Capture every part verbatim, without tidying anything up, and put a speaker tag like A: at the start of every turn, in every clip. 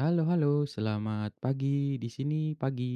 A: Halo halo, selamat pagi, di sini pagi.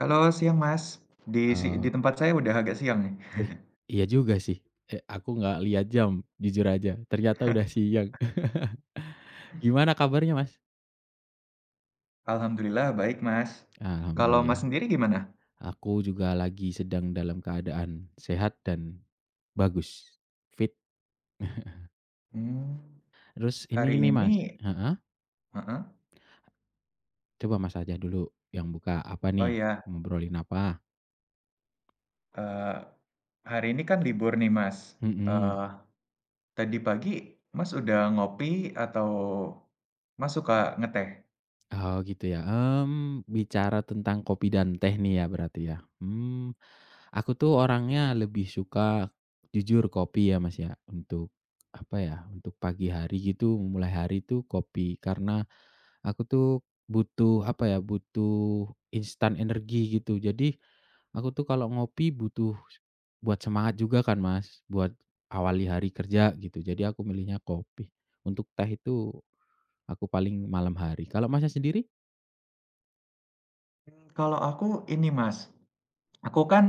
B: Halo, siang Mas. Di si
A: Eee,
B: di tempat saya udah agak siang nih.
A: eh, iya juga sih. Eh, aku nggak lihat jam, jujur aja, ternyata udah siang. Gimana kabarnya, Mas?
B: Alhamdulillah baik, Mas. Kalau Mas
A: Alhamdulillah,
B: sendiri gimana?
A: aku juga lagi sedang dalam keadaan sehat dan bagus, fit.
B: Mmm,
A: Terus ini
B: hari
A: nih,
B: ini
A: Mas, heeh,
B: Heeh,
A: coba Mas aja dulu yang buka, apa
B: oh
A: nih?
B: ya,
A: Ngobrolin apa?
B: eee, hari ini kan libur nih, Mas.
A: Mhm.
B: Eee, Tadi pagi Mas udah ngopi atau Mas suka ngeteh?
A: Oh gitu ya, mmm, bicara tentang kopi dan teh nih ya berarti ya? Hmm. Aku tuh orangnya lebih suka jujur kopi ya, Mas, ya, untuk apa ya, untuk pagi hari gitu, memulai hari tuh kopi. Karena aku tuh butuh apa ya, butuh instan energi gitu. Jadi aku tuh kalau ngopi butuh buat semangat juga kan, Mas, buat awali hari kerja gitu. Jadi aku milihnya kopi. Untuk teh itu aku paling malam hari. Kalau Masnya sendiri?
B: Mmm, kalau aku ini, Mas, aku kan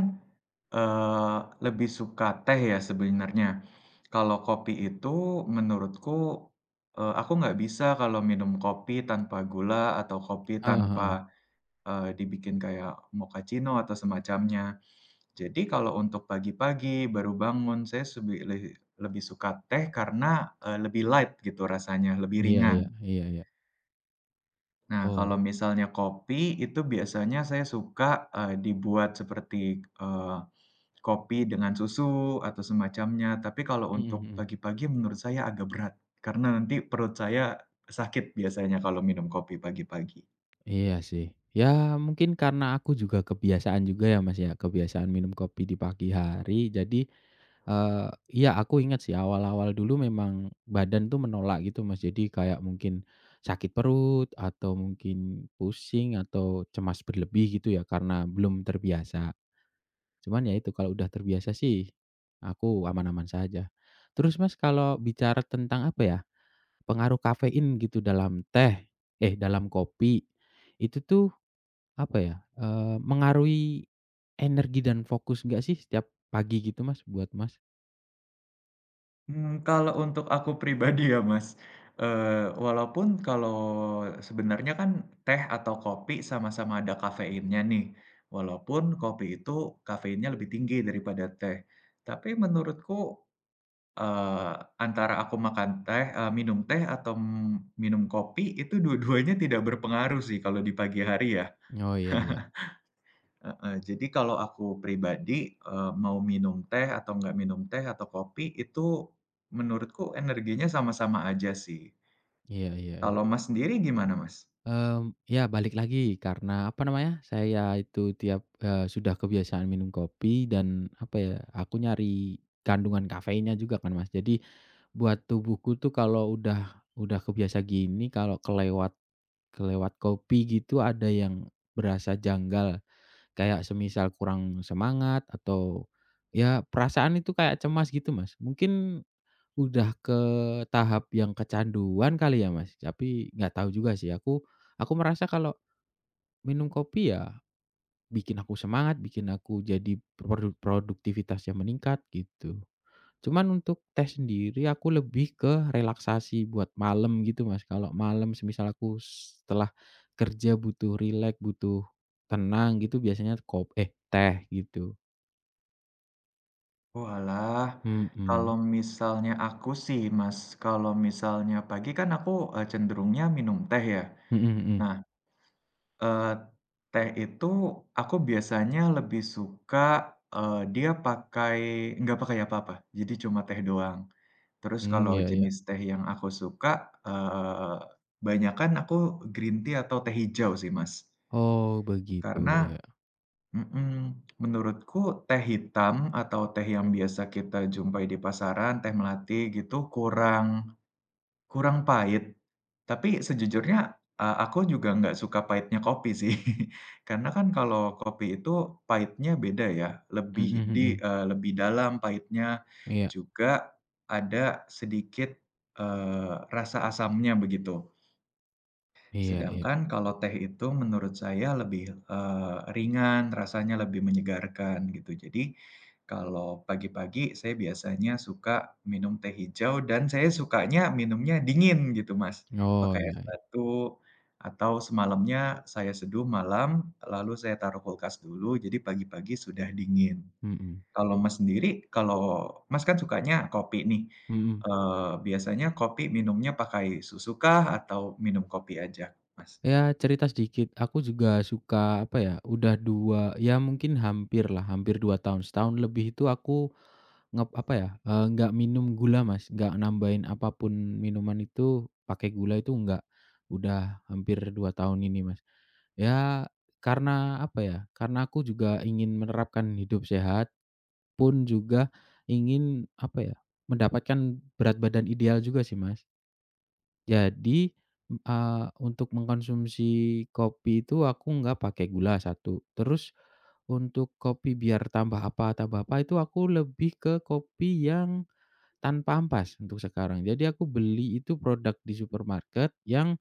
B: Eee, lebih suka teh ya sebenarnya. Kalau kopi itu menurutku, eee, aku nggak bisa kalau minum kopi tanpa gula atau kopi
A: Heeh heeh.
B: tanpa, eee, dibikin kayak mochaccino atau semacamnya. Jadi kalau untuk pagi-pagi baru bangun saya sebi lehi lebih suka teh karena, eee, lebih light gitu rasanya, lebih
A: Iya iya
B: ringan.
A: iya iya.
B: Nah
A: Oh,
B: kalau misalnya kopi itu biasanya saya suka, eee, dibuat seperti, eee kopi dengan susu atau semacamnya, tapi kalau
A: mhm
B: untuk
A: mhm.
B: pagi-pagi menurut saya agak berat, karena nanti perut saya sakit biasanya kalau minum kopi pagi-pagi.
A: Iya sih. Ya mungkin karena aku juga kebiasaan juga ya, Mas, ya, kebiasaan minum kopi di pagi hari. Jadi, eee, iya aku ingat sih awal-awal dulu memang badan tuh menolak gitu, Mas. Jadi kayak mungkin sakit perut atau mungkin pusing atau cemas berlebih gitu ya karena belum terbiasa. Cuman ya itu kalau udah terbiasa sih aku aman-aman saja. Terus, Mas, kalau bicara tentang apa ya, pengaruh kafein gitu dalam teh eh, dalam kopi, itu tuh apa ya, eee, mengaruhi energi dan fokus nggak sih setiap pagi gitu Mas, buat Mas?
B: Mmm, kalau untuk aku pribadi ya, Mas, eee, walaupun kalau sebenarnya kan teh atau kopi sama-sama ada kafeinnya nih, walaupun kopi itu kafeinnya lebih tinggi daripada teh. Tapi menurutku Eee, antara aku makan teh eee, minum teh atau minum kopi itu dua-duanya tidak berpengaruh sih kalau di pagi hari ya,
A: Oh iya iya.
B: heeh. Jadi kalau aku pribadi, eee, mau minum teh atau nggak minum teh atau kopi itu menurutku energinya sama-sama aja sih.
A: Iya iya iya.
B: Kalau Mas sendiri gimana Mas?
A: Mmm, ya balik lagi karena apa namanya, saya itu tiap, eee, sudah kebiasaan minum kopi dan apa ya, aku nyari kandungan kafeinnya juga kan Mas. Jadi buat tubuhku tuh kalau udah udah kebiasa gini, kalau kelewat kelewat kopi gitu ada yang berasa janggal. Kayak semisal kurang semangat atau ya perasaan itu kayak cemas gitu, Mas. Mungkin udah ke tahap yang kecanduan kali ya, Mas, tapi nggak tahu juga sih aku aku merasa kalau minum kopi ya bikin aku semangat, bikin aku jadi produ produktivitasnya meningkat gitu. Cuman untuk teh sendiri aku lebih ke relaksasi buat malam gitu, Mas. Kalau malam semisal aku setelah kerja butuh rileks, butuh tenang gitu biasanya kop eh, teh gitu.
B: Walah,
A: Mhm,
B: kalau misalnya aku sih Mas, kalau misalnya pagi kan aku, eee, cenderungnya minum teh ya.
A: mhm mhm,
B: Nah, Eee, teh itu aku biasanya lebih suka, eee, dia pakai nggak pakai apa-apa, jadi cuma teh doang. Terus
A: mmm,
B: kalau
A: iya iya.
B: jenis teh yang aku suka, eee, banyakan aku green tea atau teh hijau sih, Mas.
A: Oh begitu,
B: Karena
A: iya.
B: mhm, menurutku teh hitam atau teh yang biasa kita jumpai di pasaran, teh melati gitu kurang Kurang pahit, tapi sejujurnya, eee, aku juga nggak suka pahitnya kopi sih. Karena kan kalau kopi itu pahitnya beda ya,
A: Mhm
B: lebih di
A: mhm,
B: eee, lebih dalam pahitnya,
A: iya,
B: juga ada sedikit, eee, rasa asamnya begitu.
A: iya iya.
B: Sedangkan kalau teh itu menurut saya lebih, eee, ringan, rasanya lebih menyegarkan gitu. Jadi, kalau pagi-pagi saya biasanya suka minum teh hijau dan saya sukanya minumnya dingin gitu, Mas.
A: Oh,
B: Pakai es
A: iya iya,
B: batu atau semalamnya saya seduh malam, lalu saya taruh kulkas dulu, jadi pagi-pagi sudah dingin.
A: mhm,
B: Kalau Mas sendiri, kalau Mas kan sukanya kopi nih,
A: mhm.
B: eee, biasanya kopi minumnya pakai susu kah atau minum kopi aja, Mas?
A: Ya cerita sedikit, aku juga suka, apa ya, udah dua, ya mungkin hampirlah, hampir dua tahun, setahun lebih itu aku ngep apa ya, eee, nggak minum gula Mas, nggak nambahin apa pun minuman itu pakai gula itu nggak, udah hampir dua tahun ini Mas. Ya karena, apa ya, karena aku juga ingin menerapkan hidup sehat pun juga ingin, apa ya, mendapatkan berat badan ideal juga sih, Mas. Jadi, eee, untuk mengkonsumsi kopi itu aku nggak pakai gula, satu. Terus untuk kopi biar tambah apa tambah apa, itu aku lebih ke kopi yang tanpa ampas untuk sekarang. Jadi aku beli itu produk di supermarket yang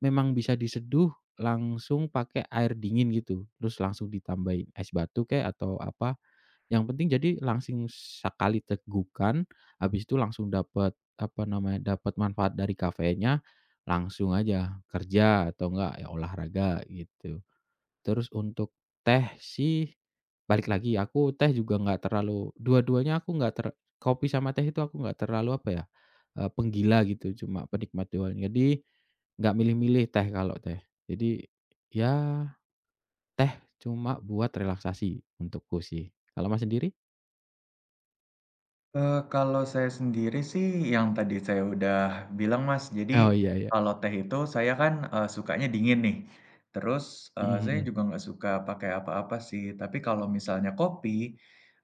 A: memang bisa diseduh langsung pakai air dingin gitu, terus langsung ditambahin es batu kayak atau apa. Yang penting jadi langsing sekali tegukan, habis itu langsung dapat, apa namanya, dapat manfaat dari kafeinnya, langsung aja kerja atau enggak ya olahraga gitu. Terus untuk teh sih, balik lagi aku teh juga nggak terlalu dua-duanya aku nggak ter kopi sama teh itu aku nggak terlalu, apa ya, eee, penggila gitu, cuma penikmat doang. Jadi nggak milih-milih teh kalau teh. Jadi ya teh cuma buat relaksasi untukku sih. Kalau Mas sendiri?
B: Eee, kalau saya sendiri sih yang tadi saya udah bilang, Mas.
A: Oh,
B: Jadi,
A: iya iya.
B: kalau teh itu saya kan, eee, sukanya dingin nih. Terus, eee,
A: Mhm
B: saya
A: mhm.
B: juga nggak suka pakai apa-apa sih. Tapi kalau misalnya kopi,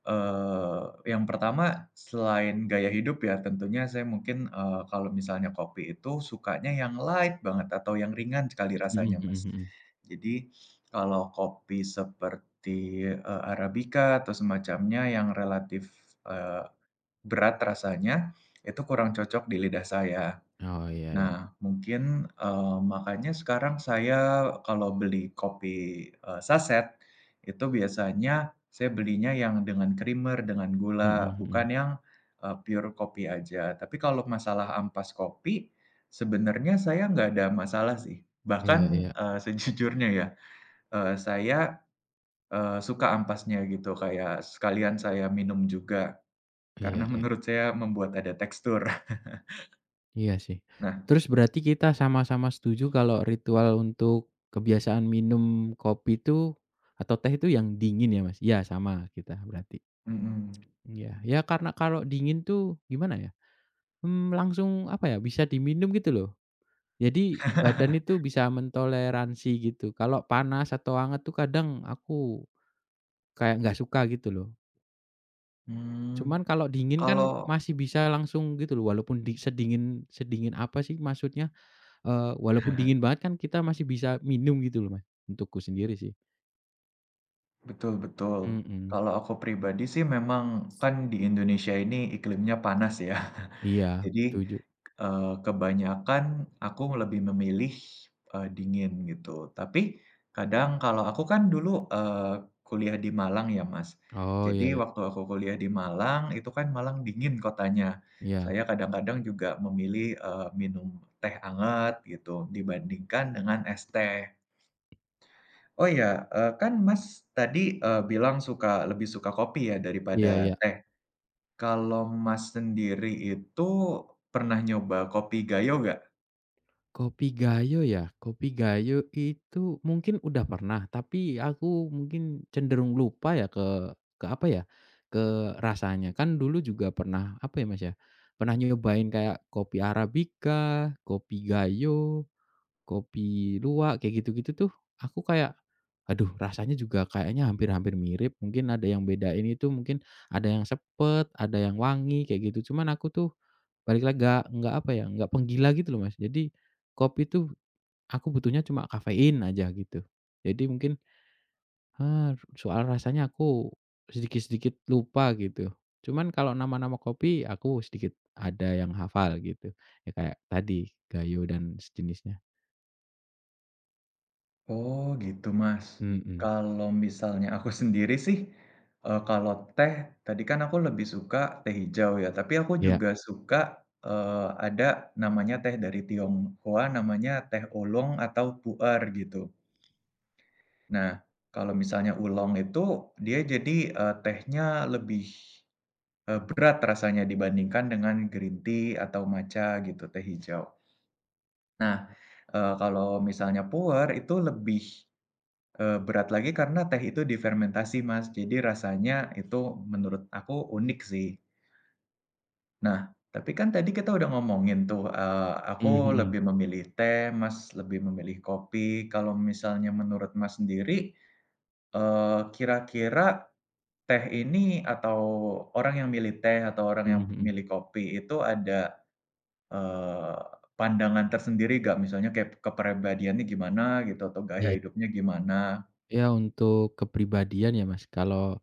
B: eee, yang pertama selain gaya hidup ya tentunya saya mungkin, eee, kalau misalnya kopi itu sukanya yang light banget atau yang ringan sekali
A: Mhm
B: rasanya,
A: mhm
B: Mas.
A: mhm. Mhm.
B: Jadi, kalau kopi seperti, eee, Arabica atau semacamnya yang relatif, eee berat rasanya, itu kurang cocok di lidah saya.
A: Oh, iya iya.
B: Nah, mungkin, eee, makanya sekarang saya kalau beli kopi, eee, saset, itu biasanya saya belinya yang dengan creamer, dengan
A: Mhm
B: gula,
A: mhm. Mhm.
B: bukan yang, eee, pure kopi aja. Tapi kalau masalah ampas kopi, sebenarnya saya nggak ada masalah sih.
A: Iya iya.
B: Bahkan, eee, sejujurnya ya, eee, saya, eee, suka ampasnya gitu, kayak sekalian saya minum juga,
A: Iya
B: karena
A: iya.
B: menurut saya membuat ada tekstur.
A: Iya sih.
B: Nah
A: Terus berarti kita sama-sama setuju kalau ritual untuk kebiasaan minum kopi itu atau teh itu yang dingin ya, Mas? Iya, sama kita berarti.
B: mhm.
A: Iya. Ya karena kalau dingin tuh gimana ya, mmm, langsung apa ya, bisa diminum gitu loh. Jadi badan itu bisa mentoleransi gitu. Kalau panas atau anget tuh kadang aku kayak nggak suka gitu loh.
B: Mmm.
A: Cuman kalau dingin kan
B: Kalau
A: masih bisa langsung gitu loh, walaupun di sedingin sedingin apa sih maksudnya, eee, walaupun dingin banget kan kita masih bisa minum gitu loh, Mas, untukku sendiri sih.
B: betul betul.
A: Mhm,
B: Kalau aku pribadi sih memang kan di Indonesia ini iklimnya panas ya.
A: iya
B: Jadi,
A: setuju.
B: eee, kebanyakan aku lebih memilih, eee, dingin gitu. Tapi kadang kalau aku kan dulu, eee, kuliah di Malang ya, Mas.
A: Oh iya
B: Jadi
A: iya,
B: waktu aku kuliah di Malang, itu kan Malang dingin kotanya.
A: iya,
B: Saya kadang-kadang juga memilih, eee, minum teh hangat gitu dibandingkan dengan es teh. Oh iya, eee, kan Mas tadi, eee, bilang suka lebih suka kopi ya
A: iya
B: daripada
A: iya.
B: teh. Kalau Mas sendiri itu pernah nyoba kopi Gayo nggak?
A: Kopi Gayo ya? Kopi Gayo itu mungkin udah pernah, tapi aku mungkin cenderung lupa ya ke ke apa ya, ke rasanya. Kan dulu juga pernah apa ya, Mas, ya, pernah nyobain kayak kopi Arabica, kopi Gayo. Kopi luwak kayak gitu-gitu tuh, aku kayak, aduh rasanya juga kayaknya hampir-hampir mirip, mungkin ada yang bedain itu mungkin ada yang sepet, ada yang wangi kayak gitu. Cuman aku tuh balik lagi nggak nggak apa ya, nggak penggila gitu loh Mas. Jadi kopi tuh aku butuhnya cuma kafein aja gitu. Jadi mungkin, eee, soal rasanya aku sedikit-sedikit lupa gitu. Cuman kalau nama-nama kopi aku sedikit ada yang hafal gitu. Ya kayak tadi, Gayo dan sejenisnya.
B: Oh gitu Mas.
A: Mhm,
B: Kalau misalnya aku sendiri sih, eee, kalau teh tadi kan aku lebih suka teh hijau ya, tapi aku
A: iya.
B: juga suka, eee, ada namanya teh dari Tionghoa namanya teh oolong atau pu'er gitu. Nah, kalau misalnya oolong itu dia jadi, eee, tehnya lebih Eee, berat rasanya dibandingkan dengan green tea atau matcha gitu, teh hijau. Nah, eee, kalau misalnya puer itu lebih, eee, berat lagi karena teh itu difermentasi Mas, jadi rasanya itu menurut aku unik sih. Nah, tapi kan tadi kita udah ngomongin tuh, eee,
A: Mmm,
B: aku
A: mhm.
B: lebih memilih teh, Mas lebih memilih kopi. Kalau misalnya menurut Mas sendiri, eee, kira-kira teh ini atau orang yang milih teh atau orang
A: Mhm
B: yang
A: mhm.
B: milih kopi itu ada eee, pandangan tersendiri nggak? Misalnya kayak kepribadiannya gimana gitu atau gaya
A: Iya.
B: hidupnya gimana?
A: Ya untuk kepribadian ya Mas, kalau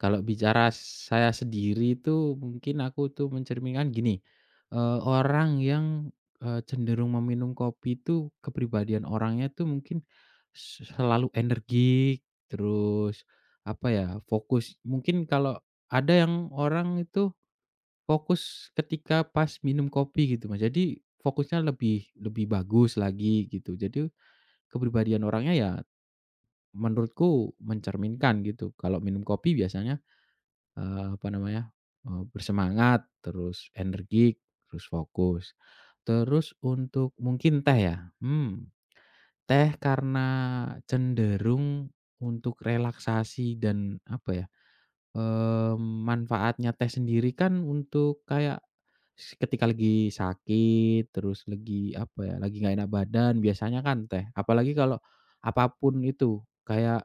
A: kalau bicara saya sendiri itu mungkin aku tuh mencerminkan gini, eee, orang yang, eee, cenderung meminum kopi itu kepribadian orangnya tuh mungkin se selalu energik, terus apa ya, fokus. Mungkin kalau ada yang orang itu fokus ketika pas minum kopi gitu Mas, jadi fokusnya lebih lebih bagus lagi gitu. Jadi kepribadian orangnya ya menurutku mencerminkan gitu. Kalau minum kopi biasanya, eee, apa namanya, eee, bersemangat, terus energik, terus fokus. Terus untuk mungkin teh ya, mmm, teh karena cenderung untuk relaksasi dan apa ya, Eee, manfaatnya teh sendiri kan untuk kayak s ketika lagi sakit, terus lagi apa ya, lagi nggak enak badan biasanya kan teh. Apalagi kalau apa pun itu, kayak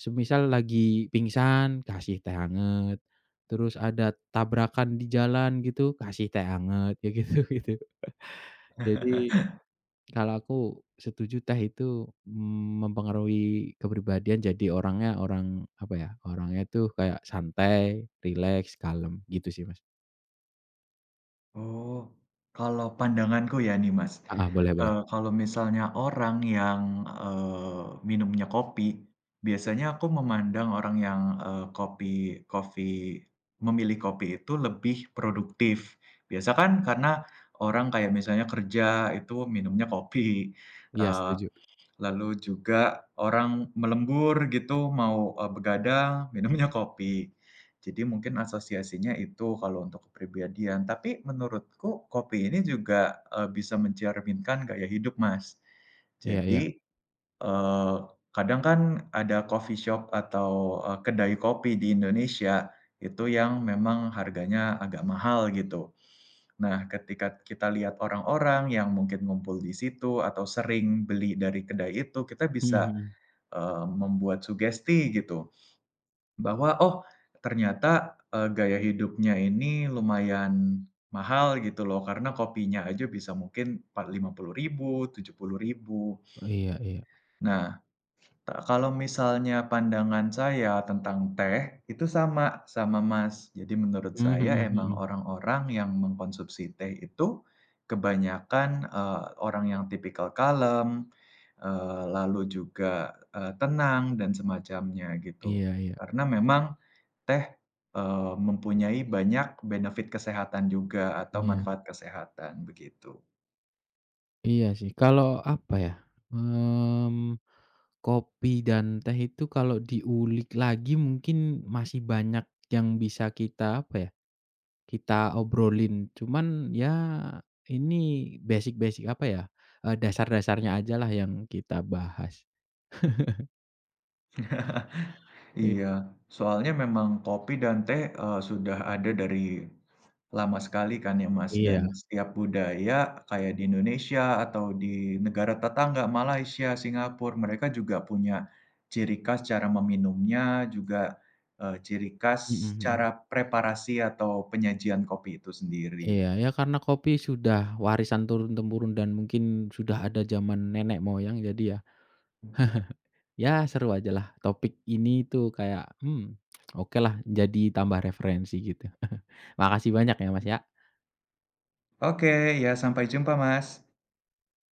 A: semisal lagi pingsan kasih teh hangat, terus ada tabrakan di jalan gitu kasih teh hangat, ya gitu gitu. Jadi kalau aku setuju teh itu, mmm, mempengaruhi kepribadian jadi orangnya orang, apa ya, orangnya tuh kayak santai, rileks, kalem, gitu sih, Mas.
B: Oh, kalau pandanganku ya nih Mas,
A: Heeh, boleh boleh.
B: eee, kalau misalnya orang yang, eee, minumnya kopi, biasanya aku memandang orang yang, eee, kopi kopi memilih kopi itu lebih produktif. Biasa kan karena orang kayak misalnya kerja itu minumnya kopi,
A: Iya
B: eh,
A: setuju.
B: lalu juga orang melembur gitu mau, eee, begadang minumnya kopi. Jadi mungkin asosiasinya itu kalau untuk kepribadian. Tapi menurutku kopi ini juga, eee, bisa mencerminkan gaya hidup, Mas.
A: Iya
B: Jadi,
A: iya.
B: eee, kadang kan ada coffee shop atau, eee, kedai kopi di Indonesia itu yang memang harganya agak mahal gitu. Nah, ketika kita lihat orang-orang yang mungkin ngumpul di situ atau sering beli dari kedai itu, kita
A: Mhm
B: bisa
A: mhm.
B: Eee, membuat sugesti gitu, bahwa, "Oh, ternyata, eee, gaya hidupnya ini lumayan mahal gitu loh, karena kopinya aja bisa mungkin empat lima puluh ribu, tujuh puluh ribu rupiah."
A: Iya iya.
B: Nah, Ta kalau misalnya pandangan saya tentang teh, itu sama, sama Mas. Jadi menurut
A: Mmm,
B: saya
A: mhm
B: emang
A: mhm.
B: orang-orang yang mengkonsumsi teh itu kebanyakan, eee, orang yang tipikal kalem, eee, lalu juga, eee, tenang dan semacamnya gitu.
A: Iya iya.
B: Karena memang teh, eee, mempunyai banyak benefit kesehatan juga atau
A: Iya.
B: manfaat kesehatan, begitu.
A: Iya sih. Kalau apa ya, mmm, kopi dan teh itu kalau diulik lagi mungkin masih banyak yang bisa kita, apa ya, kita obrolin, cuman ya ini basic-basic apa ya, eee, dasar-dasarnya ajalah yang kita bahas. I
B: Iya, soalnya memang kopi dan teh, eee, sudah ada dari lama sekali kan ya Mas,
A: Iya,
B: dan
A: iya.
B: setiap budaya kayak di Indonesia atau di negara tetangga Malaysia, Singapura, mereka juga punya ciri khas cara meminumnya, juga, eee, ciri
A: Mhm
B: khas
A: mhm.
B: cara preparasi atau penyajian kopi itu sendiri.
A: Iya, ya karena kopi sudah warisan turun-temurun dan mungkin sudah ada zaman nenek moyang jadi ya, ya seru ajalah topik ini tuh kayak, mmm, okelah jadi tambah referensi gitu. Makasih banyak ya, Mas, ya.
B: Oke, ya sampai jumpa Mas.